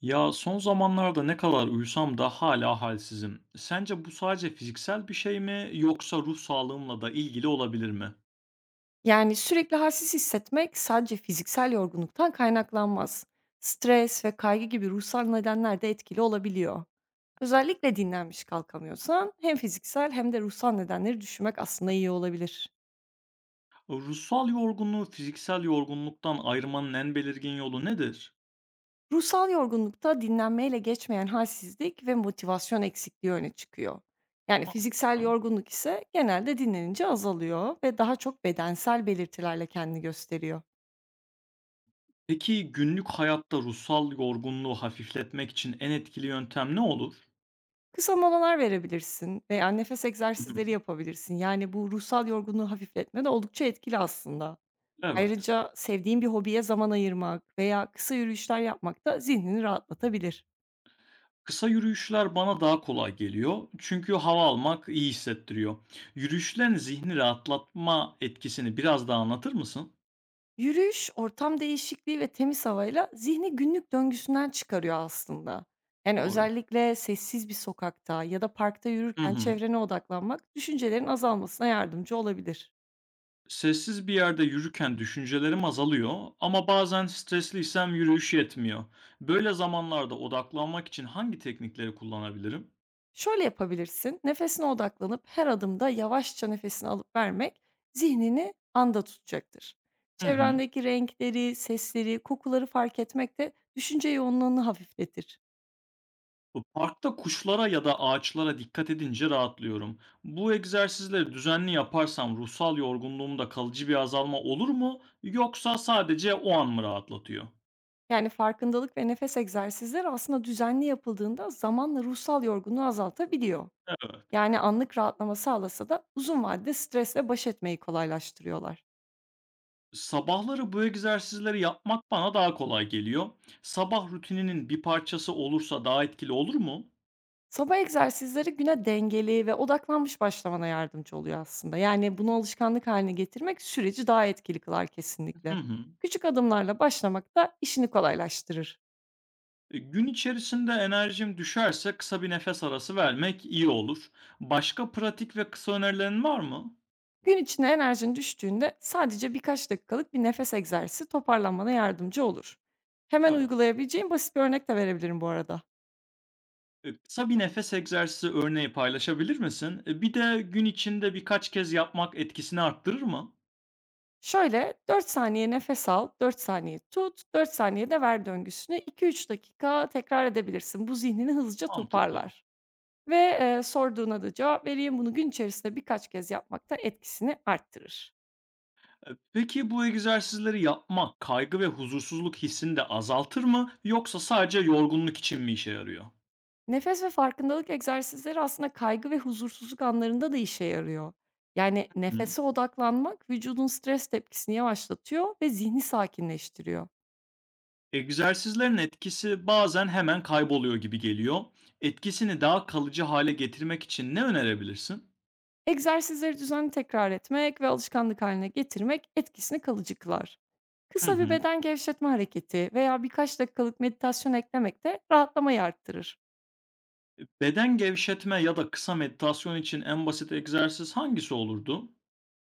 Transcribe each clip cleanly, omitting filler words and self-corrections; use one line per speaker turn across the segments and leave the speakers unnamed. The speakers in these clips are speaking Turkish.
Ya son zamanlarda ne kadar uyusam da hala halsizim. Sence bu sadece fiziksel bir şey mi yoksa ruh sağlığımla da ilgili olabilir mi?
Yani, sürekli halsiz hissetmek sadece fiziksel yorgunluktan kaynaklanmaz. Stres ve kaygı gibi ruhsal nedenler de etkili olabiliyor. Özellikle dinlenmiş kalkamıyorsan hem fiziksel hem de ruhsal nedenleri düşünmek aslında iyi olabilir.
Ruhsal yorgunluğu fiziksel yorgunluktan ayırmanın en belirgin yolu nedir?
Ruhsal yorgunlukta dinlenmeyle geçmeyen halsizlik ve motivasyon eksikliği öne çıkıyor. Yani fiziksel
Mantıklı.
yorgunluk ise genelde dinlenince azalıyor ve daha çok bedensel belirtilerle kendini gösteriyor.
Peki günlük hayatta ruhsal yorgunluğu hafifletmek için en etkili yöntem ne olur?
Kısa molalar verebilirsin veya nefes
Hı hı.
egzersizleri yapabilirsin. Yani, bu ruhsal yorgunluğu hafifletme de oldukça etkili aslında.
Evet.
Ayrıca sevdiğin bir hobiye zaman ayırmak veya kısa yürüyüşler yapmak da zihnini rahatlatabilir.
Kısa yürüyüşler bana daha kolay geliyor çünkü hava almak iyi hissettiriyor. Yürüyüşlerin zihni rahatlatma etkisini biraz daha anlatır mısın?
Yürüyüş, ortam değişikliği ve temiz havayla zihni günlük döngüsünden çıkarıyor aslında. Yani,
Doğru.
özellikle sessiz bir sokakta ya da parkta
Hı
yürürken
hı.
çevrene odaklanmak düşüncelerin azalmasına yardımcı olabilir.
Sessiz bir yerde yürürken düşüncelerim azalıyor ama bazen stresliysem yürüyüş yetmiyor. Böyle zamanlarda odaklanmak için hangi teknikleri kullanabilirim?
Şöyle yapabilirsin. Nefesine odaklanıp her adımda yavaşça nefesini alıp vermek zihnini anda tutacaktır.
Hı hı.
Çevrendeki renkleri, sesleri, kokuları fark etmek de düşünce yoğunluğunu hafifletir.
Bu parkta kuşlara ya da ağaçlara dikkat edince rahatlıyorum. Bu egzersizleri düzenli yaparsam ruhsal yorgunluğumda kalıcı bir azalma olur mu yoksa sadece o an mı rahatlatıyor?
Yani farkındalık ve nefes egzersizleri aslında düzenli yapıldığında zamanla ruhsal yorgunluğu azaltabiliyor.
Evet.
Yani anlık rahatlama sağlasa da uzun vadede stresle baş etmeyi kolaylaştırıyorlar.
Sabahları bu egzersizleri yapmak bana daha kolay geliyor. Sabah rutininin bir parçası olursa daha etkili olur mu?
Sabah egzersizleri güne dengeli ve odaklanmış başlamana yardımcı oluyor aslında. Yani bunu alışkanlık haline getirmek süreci daha etkili kılar
Hı
kesinlikle.
hı.
Küçük adımlarla başlamak da işini kolaylaştırır.
Gün içerisinde enerjim düşerse kısa bir nefes arası vermek iyi olur. Başka pratik ve kısa önerilerin var mı?
Gün içinde enerjin düştüğünde sadece birkaç dakikalık bir nefes egzersizi toparlanmana yardımcı olur. Hemen
Evet.
uygulayabileceğin basit bir örnek de verebilirim bu arada.
Kısa bir nefes egzersizi örneği paylaşabilir misin? Bir de gün içinde birkaç kez yapmak etkisini arttırır mı?
Şöyle 4 saniye nefes al, 4 saniye tut, 4 saniye de ver döngüsünü 2 3 dakika tekrar edebilirsin. Bu zihnini hızlıca
Mantıklı.
toparlar. Ve, sorduğuna da cevap vereyim. Bunu gün içerisinde birkaç kez yapmak da etkisini arttırır.
Peki bu egzersizleri yapmak kaygı ve huzursuzluk hissini de azaltır mı? Yoksa sadece yorgunluk için mi işe yarıyor?
Nefes ve farkındalık egzersizleri aslında kaygı ve huzursuzluk anlarında da işe yarıyor. Yani
Hı.
nefese odaklanmak vücudun stres tepkisini yavaşlatıyor ve zihni sakinleştiriyor.
Egzersizlerin etkisi bazen hemen kayboluyor gibi geliyor. Etkisini daha kalıcı hale getirmek için ne önerebilirsin?
Egzersizleri düzenli tekrar etmek ve alışkanlık haline getirmek etkisini kalıcı kılar.
Hı
Kısa bir
hı.
beden gevşetme hareketi veya birkaç dakikalık meditasyon eklemek de rahatlamayı arttırır.
Beden gevşetme ya da kısa meditasyon için en basit egzersiz hangisi olurdu?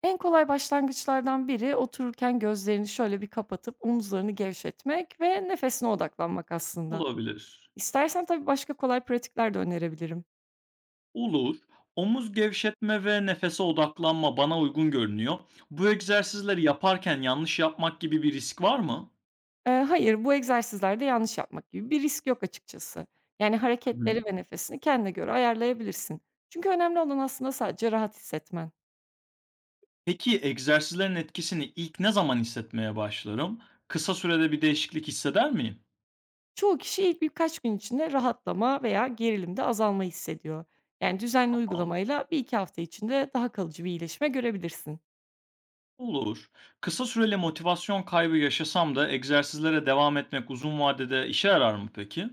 En kolay başlangıçlardan biri otururken gözlerini şöyle bir kapatıp omuzlarını gevşetmek ve nefesine odaklanmak aslında.
Olabilir.
İstersen tabii başka kolay pratikler de önerebilirim.
Olur. Omuz gevşetme ve nefese odaklanma bana uygun görünüyor. Bu egzersizleri yaparken yanlış yapmak gibi bir risk var mı?
Hayır, bu egzersizlerde yanlış yapmak gibi bir risk yok açıkçası. Yani
Hı hı.
hareketleri ve nefesini kendine göre ayarlayabilirsin. Çünkü önemli olan aslında sadece rahat hissetmen.
Peki egzersizlerin etkisini ilk ne zaman hissetmeye başlarım? Kısa sürede bir değişiklik hisseder miyim?
Çoğu kişi ilk birkaç gün içinde rahatlama veya gerilimde azalma hissediyor. Yani düzenli
Tamam.
uygulamayla 1 2 hafta içinde daha kalıcı bir iyileşme görebilirsin.
Olur. Kısa süreli motivasyon kaybı yaşasam da egzersizlere devam etmek uzun vadede işe yarar mı peki?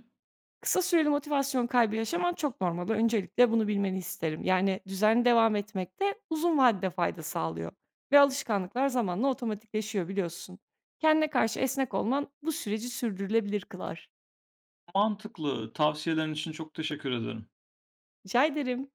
Kısa süreli motivasyon kaybı yaşaman çok normal. Öncelikle bunu bilmeni isterim. Yani düzenli devam etmek de uzun vadede fayda sağlıyor. Ve alışkanlıklar zamanla otomatikleşiyor biliyorsun. Kendine karşı esnek olman bu süreci sürdürülebilir kılar.
Mantıklı. Tavsiyelerin için çok teşekkür ederim.
Rica ederim.